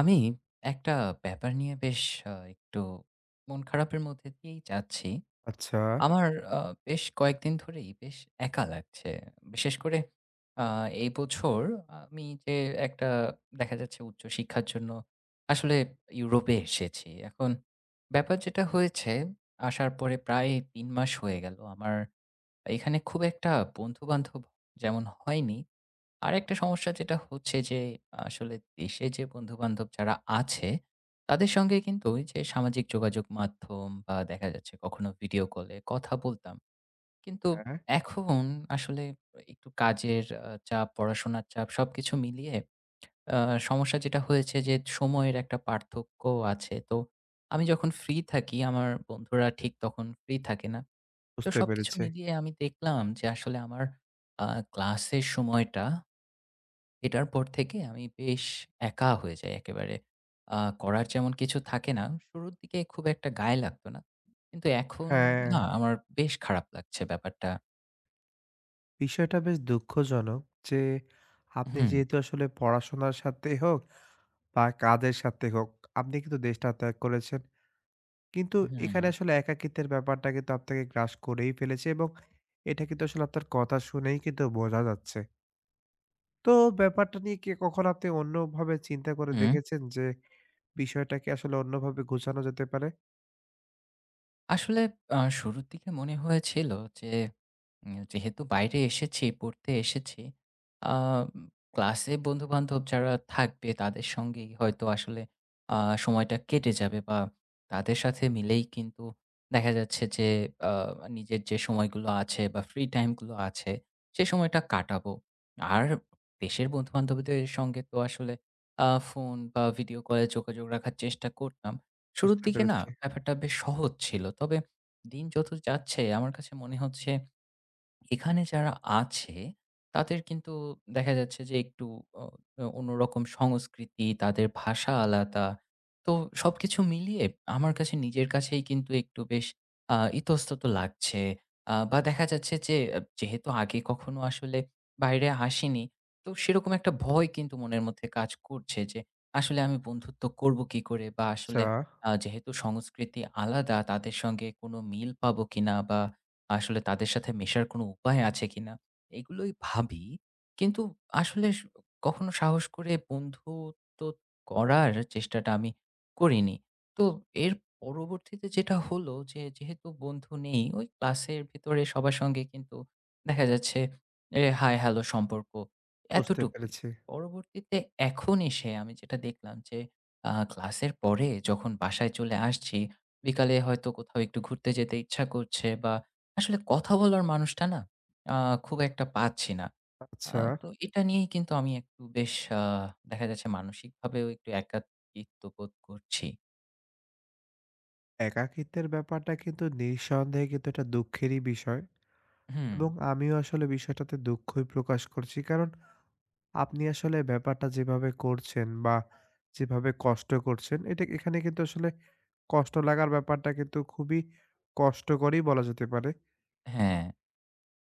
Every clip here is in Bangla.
আমি একটা ব্যাপার নিয়ে বেশ একটু মন খারাপের মধ্যে দিয়েই যাচ্ছি। আচ্ছা। আমার আ বেশ কয়েকদিন ধরেই বেশ একা লাগছে। বিশেষ করে আ এই বছর আমি যে একটা দেখা যাচ্ছে উচ্চশিক্ষার জন্য আসলে ইউরোপে এসেছি। এখন ব্যাপার যেটা হয়েছে, আসার পরে প্রায় ৩ মাস হয়ে গেল। আমার এখানে খুব একটা বন্ধু-বান্ধব যেমন হয়নি। আরেকটা সমস্যা যেটা হচ্ছে যে, আসলে দেশে যে বন্ধু-বান্ধব যারা আছে, তাদের সঙ্গে কিন্তু ওই যে সামাজিক যোগাযোগ মাধ্যম বা দেখা যাচ্ছে কখনো ভিডিও কলে কথা বলতাম। কিন্তু হ্যাঁ। এখন আসলে একটু কাজের চাপ, পড়াশোনার চাপ সবকিছু মিলিয়ে আ সমস্যা যেটা হয়েছে যে সময়ের একটা পার্থক্যও আছে। তো আমি যখন ফ্রি থাকি আমার বন্ধুরা ঠিক তখন ফ্রি থাকে না। তো বুঝতে সবকিছু পেরেছি। মিলিয়ে আমি দেখলাম যে আসলে আমার আ ক্লাসের সময়টা এটার পর থেকে আমি বেশ একা হয়ে যাই একেবারে। আ করার যেমন কিছু থাকে না, শুরুর দিকে খুব একটা গায়ে লাগতো না। কিন্তু এখন হ্যাঁ, না আমার বেশ খারাপ লাগছে ব্যাপারটা। বিষয়টা বেশ দুঃখজনক যে আপনি হুম, যেহেতু আসলে পড়াশোনার সাথেই হোক বা কাজের সাথে হোক, আপনি কিন্তু দেশটা ত্যাগ করেছেন। কিন্তু হুম, এখানে আসলে একাকিত্বের ব্যাপারটা কিন্তু আপনাকে গ্রাস করেই ফেলেছে এবং এটা কিন্তু আসলে আপনার কথা শুনেই কিন্তু বোঝা যাচ্ছে। তো ব্যাপারটা নিয়ে কি কখনো আপনি অন্যভাবে চিন্তা করে হুম। দেখেছেন যে বিষয়টাকে আসলে অন্যভাবে গোছানো যেতে পারে? আসলে শুরুর দিকে মনে হয়েছিল যে যেহেতু বাইরে এসেছি, পড়তে এসেছি, আ ক্লাসে বন্ধু-বান্ধব যারা থাকবে তাদের সঙ্গেই হয়তো আসলে আ সময়টা কেটে যাবে বা তাদের সাথে মিলেই কিন্তু দেখা যাচ্ছে যে আ নিজের যে সময়গুলো আছে বা ফ্রি টাইম গুলো আছে সে সময়টা কাটাবো। আর দেশের বন্ধু-বান্ধবদের সঙ্গে তো আসলে ফোন বা ভিডিও কলে যোগাযোগ রাখার চেষ্টা করতাম। শুরুর বুঝতে দিকে না পেরেছি। ব্যাপারটা বেশ সহজ ছিল। তবে দিন যত যাচ্ছে আমার কাছে মনে হচ্ছে এখানে যারা আছে তাদের কিন্তু দেখা যাচ্ছে যে একটু অ অন্যরকম সংস্কৃতি, তাদের ভাষা আলাদা। তো সবকিছু মিলিয়ে আমার কাছে নিজের কাছেই কিন্তু একটু বেশ ইতস্তত লাগছে। বা দেখা যাচ্ছে যে যেহেতু আগে কখনো আসলে বাইরে আসিনি, তো সেরকম একটা ভয় কিন্তু মনের মধ্যে কাজ করছে যে আসলে আমি বন্ধুত্ব করব কি করে? বা আচ্ছা, আসলে যেহেতু সংস্কৃতি আলাদা তাদের সঙ্গে কোনো মিল পাবো কিনা বা আসলে তাদের সাথে মেশার কোনো উপায় আছে কিনা? এগুলোই ভাবি। কিন্তু আসলে কখনো সাহস করে বন্ধুত্ব করার চেষ্টাটা আমি করিনি। তো এর পরবর্তীতে যেটা হলো যে, যেহেতু বন্ধু নেই, ওই ক্লাসের ভিতরে সবার সঙ্গে কিন্তু দেখা যাচ্ছে হাই হ্যালো সম্পর্ক বুঝতে এতটুকুই। পেরেছি। পরবর্তীতে এখন এসে আমি যেটা দেখলাম যে, ক্লাসের পরে যখন বাসায় চলে আসছি, বিকালে হয়তো কোথাও একটু ঘুরতে যেতে ইচ্ছা করছে বা আসলে কথা বলার মানুষটা না আ খুব একটা পাচ্ছি না। আ আচ্ছা। তো এটা নিয়েই কিন্তু আমি একটু বেশ দেখা যাচ্ছে মানসিকভাবেও একটু একাকিত্ব বোধ করছি। একাকিত্বের ব্যাপারটা কিন্তু নিঃসন্দেহে কিন্তু এটা দুঃখেরই বিষয় হুম, এবং আমিও আসলে বিষয়টাতে দুঃখই প্রকাশ করছি। কারণ আপনি আসলে ব্যাপারটা যেভাবে করছেন বা যেভাবে কষ্ট করছেন, এটা এখানে কিন্তু আসলে কষ্ট লাগার ব্যাপারটা কিন্তু খুবই কষ্টকরই বলা যেতে পারে। হ্যাঁ,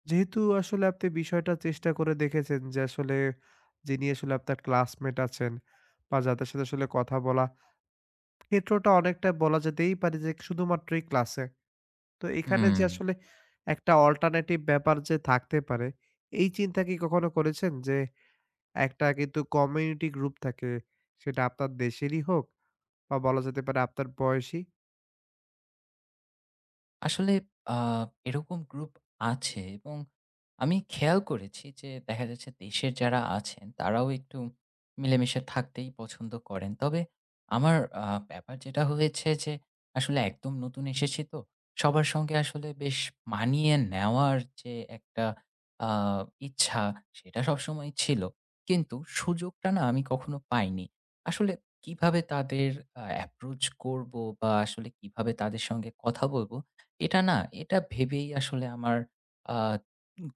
যেহেতু আসলে আপনি বিষয়টা চেষ্টা করে দেখেছেন যে আসলে যিনি আসলে আপনার ক্লাসমেট আছেন বা যাদের সাথে আসলে কথা বলা ক্ষেত্রটা অনেকটা বলা যেতেই পারে যে শুধুমাত্র এই ক্লাসে। তো এখানে হুম। যে আসলে একটা অল্টারনেটিভ ব্যাপার যে থাকতে পারে, এই চিন্তা কি কখনো করেছেন? যে একটা কিন্তু কমিউনিটি গ্রুপ থাকে, সেটা আপনার দেশেরই হোক বা বলা যেতে পারে আপনার বয়সী আসলে আ এরকম গ্রুপ আছে এবং আমি খেয়াল করেছি যে দেখা যাচ্ছে দেশের যারা আছেন তারাও একটু মিলেমিশে থাকতেই পছন্দ করেন। তবে আমার ব্যাপার যেটা হয়েছে যে আসলে একদম নতুন এসেছি তো। সবার সঙ্গে আসলে বেশ মানিয়ে নেওয়ার যে একটা আ ইচ্ছা সেটা সবসময়ই ছিল। কিন্তু সুযোগটা না আমি কখনো পাইনি। আসলে কিভাবে তাদের অ্যাপ্রোচ করব বা আসলে কিভাবে তাদের সঙ্গে কথা বলব এটা না, এটা ভেবেই আসলে আমার আ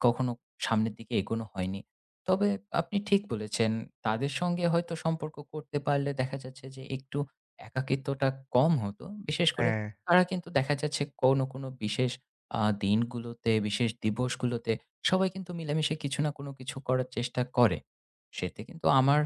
কখনো সামনের দিকে এগোনো হয়নি। তবে আপনি ঠিক বলেছেন, তাদের সঙ্গে হয়তো সম্পর্ক করতে পারলে দেখা যাচ্ছে যে একটু একাকিত্বটা কম হতো। বিশেষ করে হ্যাঁ, তারা কিন্তু দেখা যাচ্ছে কোনো, কোনো বিশেষ দিনগুলোতে, বিশেষ দিবসগুলোতে সবাই কিন্তু মিলেমিশে কিছু না কোনো কিছু করার চেষ্টা করে। সেতে কিন্তু আমার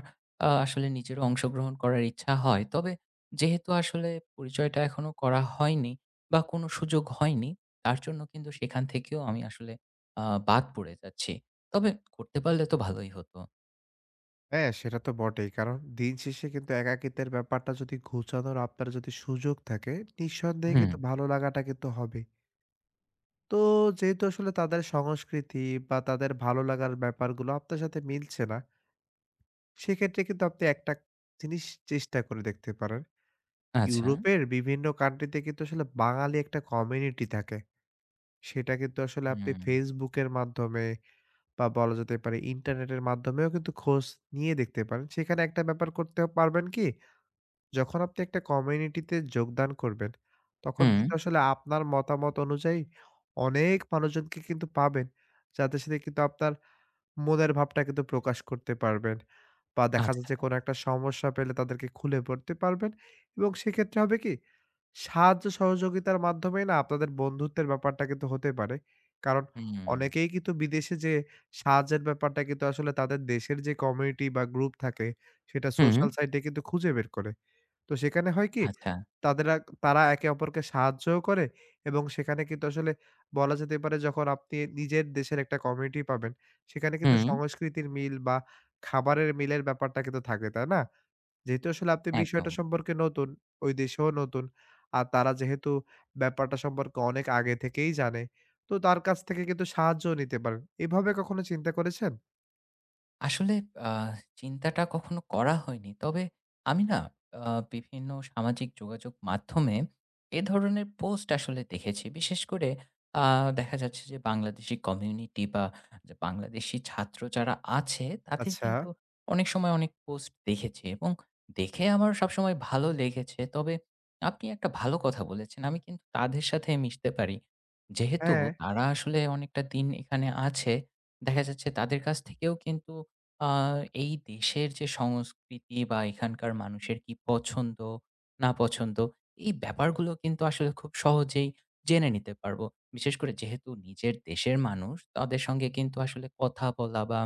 আসলে নিজেরও অংশগ্রহণ করার ইচ্ছা হয়। তবে যেহেতু আসলে পরিচয়টা এখনো করা হয়নি বা কোনো সুযোগ হয়নি, তার জন্য কিন্তু সেখান থেকেও আমি আসলে আ বাদ পড়ে যাচ্ছি। তবে করতে পারলে তো ভালোই হতো। হ্যাঁ, সেটা তো বটেই। কারণ দিন শেষে কিন্তু একাকিত্বের ব্যাপারটা যদি ঘুচানোর আপনার যদি সুযোগ থাকে, নিঃসন্দেহে হুম, কিন্তু ভালো লাগাটা কিন্তু হবে। তো যেহেতু আসলে তাদের সংস্কৃতি বা তাদের ভালো লাগার ব্যাপারগুলো আপনার সাথে মিলছে না, সেক্ষেত্রে কিন্তু আপনি একটা জিনিস চেষ্টা করে দেখতে পারেন। আচ্ছা। ইউরোপের বিভিন্ন কান্ট্রিতে কিন্তু আসলে বাঙালি একটা কমিউনিটি থাকে। সেটা কিন্তু আসলে আপনি হুম, Facebook এর মাধ্যমে বা বলা যেতে পারে ইন্টারনেটের মাধ্যমেও কিন্তু খোঁজ নিয়ে দেখতে পারেন। সেখানে একটা ব্যাপার করতে পারবেন কি, যখন আপনি একটা কমিউনিটিতে যোগদান করবেন, তখন হুম, কিন্তু আসলে আপনার মতামত অনুযায়ী অনেক মানুষজনকে কিন্তু পাবেন, যাদের সাথে কিন্তু আপনার মনের ভাবটা কিন্তু প্রকাশ করতে পারবেন। বা দেখা আচ্ছা। যাচ্ছে কোনো একটা সমস্যা পেলে তাদেরকে খুলে বলতে পারবেন এবং সেক্ষেত্রে হবে কি? সাহায্য সহযোগিতার মাধ্যমেই না আপনাদের বন্ধুত্বের ব্যাপারটা কিন্তু হতে পারে। কারণ হুম, অনেকেই কিন্তু বিদেশে যেয়ে সাহায্যের ব্যাপারটা কিন্তু আসলে তাদের দেশের যে কমিউনিটি বা গ্রুপ থাকে, সেটা হুম, সোশ্যাল সাইটে কিন্তু খুঁজে বের করে। তো সেখানে হয় কি আচ্ছা। তাদেরা তারা একে অপরকে সাহায্যও করে এবং সেখানে কিন্তু আসলে বলা যেতে পারে যখন আপনি নিজের দেশের একটা কমিউনিটি পাবেন, সেখানে কিন্তু হুম, সংস্কৃতির মিল বা খাবারের মিলের ব্যাপারটা কিন্তু থাকবে, তাই না? যেহেতু আসলে আপনি একদম। বিষয়টা সম্পর্কে নতুন, ওই দেশেও নতুন। আর তারা যেহেতু ব্যাপারটা সম্পর্কে অনেক আগে থেকেই জানে, তো তার কাছ থেকে কিন্তু সাহায্যও নিতে পারেন। এভাবে কখনো চিন্তা করেছেন? আসলে আ চিন্তাটা কখনো করা হয়নি। তবে আমি না আ বিভিন্ন সামাজিক যোগাযোগ মাধ্যমে ধরনের পোস্ট আসলে দেখেছি। বিশেষ করে আ দেখা যাচ্ছে যে বাংলাদেশি কমিউনিটি বা যে বাংলাদেশি ছাত্র যারা আছে তাদের আচ্ছা। কিন্তু অনেক সময় অনেক পোস্ট দেখেছি এবং দেখে আমার সবসময় ভালো লেগেছে। তবে আপনি একটা ভালো কথা বলেছেন। আমি কিন্তু তাদের সাথে মিশতে পারি। যেহেতু হ্যাঁ, তারা আসলে অনেকটা দিন এখানে আছে, দেখা যাচ্ছে তাদের কাছ থেকেও কিন্তু আ এই দেশের যে সংস্কৃতি বা এখানকার মানুষের কি পছন্দ, না পছন্দ, এই ব্যাপারগুলো কিন্তু আসলে খুব সহজেই জেনে নিতে পারবো। বিশেষ করে যেহেতু নিজের দেশের মানুষ, তাদের সঙ্গে কিন্তু আসলে কথা বলা বা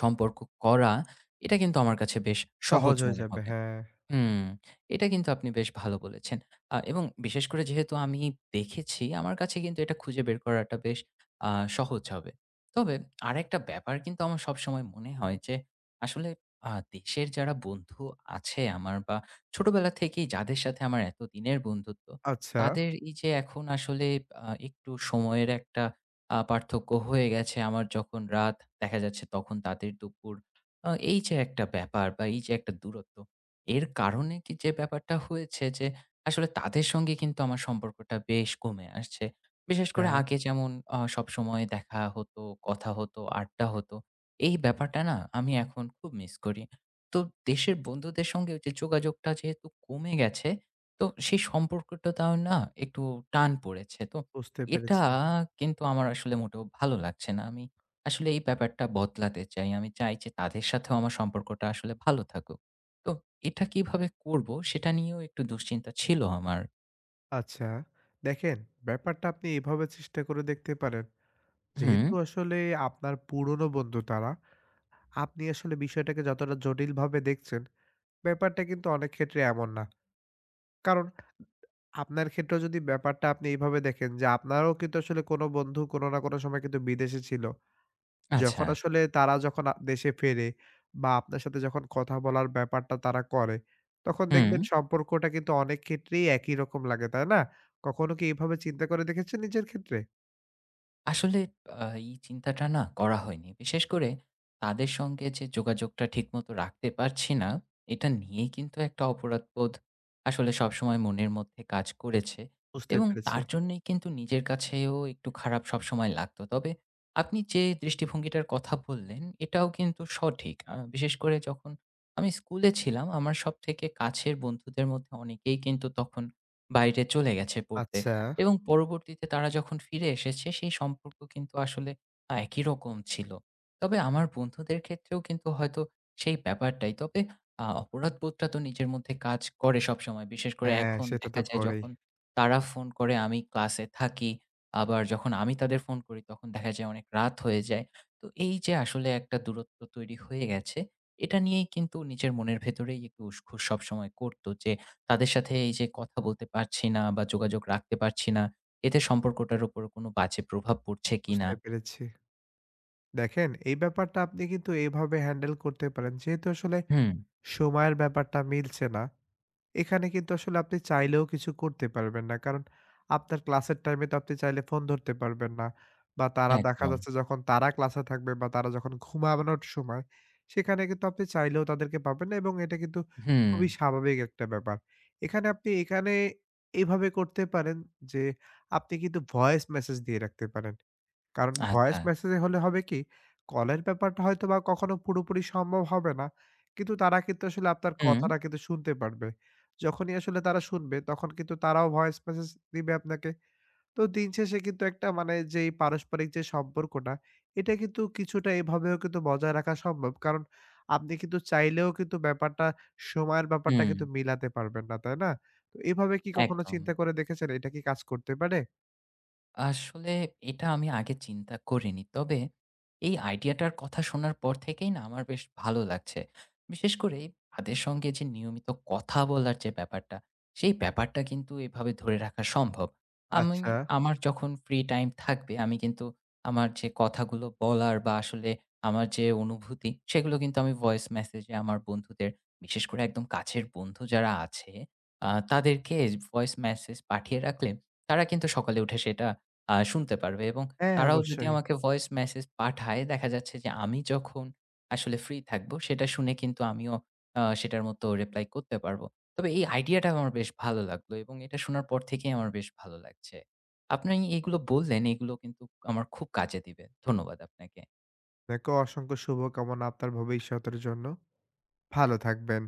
সম্পর্ক করা, এটা কিন্তু আমার কাছে বেশ সহজ সহজ হয়ে মনে যাবে। হবে। হ্যাঁ। হুম, এটা কিন্তু আপনি বেশ ভালো বলেছেন। এবং বিশেষ করে যেহেতু আমি দেখেছি, আমার কাছে কিন্তু এটা খুঁজে বের করাটা বেশ আ সহজ হবে। তবে আরেকটা ব্যাপার কিন্তু আমার সবসময় মনে হয় যে, আসলে দেশের যারা বন্ধু আছে আমার বা ছোটবেলা থেকেই যাদের সাথে আমার এতদিনের বন্ধুত্ব, আচ্ছা। তাদের এই যে এখন আসলে একটু সময়ের একটা পার্থক্য হয়ে গেছে। আমার যখন রাত দেখা যাচ্ছে তখন তাদের দুপুর। এই যে একটা ব্যাপার বা এই যে একটা দূরত্ব এর কারণে কি যে ব্যাপারটা হয়েছে যে আসলে তাদের সঙ্গে কিন্তু আমার সম্পর্কটা বেশ কমে আসছে। বিশেষ করে হ্যাঁ, আগে যেমন সবসময় দেখা হতো, কথা হতো, আড্ডা হতো। এই ব্যাপারটা না আমি এখন খুব মিস করি। তো দেশের বন্ধুদের সঙ্গে যে যোগাযোগটা যেহেতু কমে গেছে, তো সেই সম্পর্কটাতেও না একটু টান পড়েছে। তো বুঝতে এটা পেরেছি। কিন্তু আমার আসলে মোটেও ভালো লাগছে না। আমি আসলে এই ব্যাপারটা বদলাতে চাই। আমি চাই যে তাদের সাথেও আমার সম্পর্কটা আসলে ভালো থাকুক। তো এটা কিভাবে করব সেটা নিয়েও একটু দুশ্চিন্তা ছিল আমার। আচ্ছা, দেখেন ব্যাপারটা আপনি এভাবে চেষ্টা করে দেখতে পারেন। হুম, যেহেতু আসলে আপনার পুরনো বন্ধু তারা, আপনি আসলে বিষয়টাকে যতটা জটিলভাবে দেখছেন, ব্যাপারটা কিন্তু অনেক ক্ষেত্রে এমন না। কারণ আপনার ক্ষেত্রেও যদি ব্যাপারটা আপনি এইভাবে দেখেন যে আপনারও কিন্তু আসলে কোনো বন্ধু কোনো না কোনো সময় কিন্তু বিদেশে ছিল। আচ্ছা। যখন আসলে তারা যখন দেশে ফেরে বা আপনার সাথে যখন কথা বলার ব্যাপারটা তারা করে, তখন হুম। দেখবেন সম্পর্কটা কিন্তু অনেক ক্ষেত্রেই একই রকম লাগে, তাই না? কখনো কি এভাবে চিন্তা করে দেখেছেন নিজের ক্ষেত্রে? আসলে এই চিন্তাটা না করা হয়নি। বিশেষ করে তাদের সঙ্গে যে যোগাযোগটা ঠিকমতো রাখতে পারছি না, এটা নিয়েই কিন্তু একটা অপরাধবোধ আসলে সবসময় মনের মধ্যে কাজ করেছে বুঝতে এবং পেরেছি। তার জন্যই কিন্তু নিজের কাছেও একটু খারাপ সবসময় লাগতো। তবে আপনি যে দৃষ্টিভঙ্গিটার কথা বললেন, এটাও কিন্তু সঠিক। বিশেষ করে যখন আমি স্কুলে ছিলাম, আমার সবথেকে কাছের বন্ধুদের মধ্যে অনেকেই কিন্তু তখন বাইরে চলে গেছে পড়তে। আচ্ছা। এবং পরবর্তীতে তারা যখন ফিরে এসেছে সেই সম্পর্ক কিন্তু আসলে একই রকম ছিল। তবে আমার বন্ধুদের ক্ষেত্রেও কিন্তু হয়তো সেই ব্যাপারটাই। তবে অপরাধবোধটা তো নিজের মধ্যে কাজ করে সবসময়। বিশেষ করে হ্যাঁ, এখন সেটা দেখা তো যায় করেই। যখন তারা ফোন করে আমি ক্লাসে থাকি। আবার যখন আমি তাদের ফোন করি তখন দেখা যায় অনেক রাত হয়ে যায়। তো এই যে আসলে একটা দূরত্ব তৈরি হয়ে গেছে, এটা নিয়েই কিন্তু নিজের মনের ভেতরেই একটু উসখুস সবসময় করত যে তাদের সাথে এই যে কথা বলতে পারছি না বা যোগাযোগ রাখতে পারছি না, এতে সম্পর্কটার উপর কোনো বাজে প্রভাব পড়ছে কিনা। বুঝতে পেরেছি। দেখেন এই ব্যাপারটা আপনি কিন্তু এভাবে হ্যান্ডেল করতে পারেন। যেহেতু আসলে হুম, সময়ের ব্যাপারটা মিলছে না, এখানে কিন্তু আসলে আপনি চাইলেও কিছু করতে পারবেন না। কারণ আপনার ক্লাসের টাইমে তো আপনি চাইলে ফোন ধরতে পারবেন না। বা তারা দেখা একদম। যাচ্ছে যখন তারা ক্লাসে থাকবে বা তারা যখন ঘুমানোর সময়, সেখানে কিন্তু আপনি চাইলেও তাদেরকে পাবেন না এবং এটা কিন্তু হুম, খুবই স্বাভাবিক একটা ব্যাপার। এখানে আপনি এভাবে করতে পারেন যে আপনি কিন্তু ভয়েস মেসেজ দিয়ে রাখতে পারেন। কারণ ভয়েস আচ্ছা। মেসেজে হলে হবে কি, কলের ব্যাপারটা হয়তোবা কখনো পুরোপুরি সম্ভব হবে না। কিন্তু তারা কিন্তু আসলে আপনার হুম, কথাটা কিন্তু শুনতে পারবে। যখনই আসলে তারা শুনবে, তখন কিন্তু তারাও ভয়েস মেসেজ দিবে আপনাকে। তো দিন শেষে কিন্তু একটা মানে যেই পারস্পরিক যে সম্পর্কটা, এটা কিন্তু কিছুটা এভাবেও কিন্তু বজায় রাখা সম্ভব। কারণ আপনি কিন্তু চাইলেও কিন্তু ব্যাপারটা সময়ের ব্যাপারটা হুম, কিন্তু মিলাতে পারবেন না, তাই না? তো এভাবে কি কখনো একদম। চিন্তা করে দেখেছেন, এটা কি কাজ করতে পারে? আসলে এটা আমি আগে চিন্তা করিনি। তবে এই আইডিয়াটার কথা শোনার পর থেকেই না আমার বেশ ভালো লাগছে। বিশেষ করে তাদের সঙ্গে যে নিয়মিত কথা বলার যে ব্যাপারটা, সেই ব্যাপারটা কিন্তু এভাবে ধরে রাখা সম্ভব। আমি আচ্ছা। আমার যখন ফ্রি টাইম থাকবে আমি কিন্তু আমার যে কথাগুলো বলার বা আসলে আমার যে অনুভূতি সেগুলো কিন্তু আমি ভয়েস মেসেজে আমার বন্ধুদের বিশেষ করে একদম কাছের বন্ধু যারা আছে তাদেরকে ভয়েস মেসেজ পাঠিয়ে রাখলে তারা কিন্তু সকালে উঠে সেটা শুনতে পারবে এবং হ্যাঁ, তারাও যদি অবশ্যই। আমাকে ভয়েস মেসেজ পাঠায়, দেখা যাচ্ছে যে আমি যখন আসলে ফ্রি থাকবো, সেটা শুনে কিন্তু আমিও সেটার মতো রিপ্লাই করতে পারবো। তবে এই আইডিয়াটা আমার বেশ ভালো লাগলো এবং এটা শোনার পর থেকেই আমার বেশ ভালো লাগছে। আপনি এগুলো বললেন, এগুলো কিন্তু আমার খুব কাজে দিবে। ধন্যবাদ আপনাকে। আপনাকেও অসংখ্য শুভকামনা আপনার ভবিষ্যতের জন্য। ভালো থাকবেন।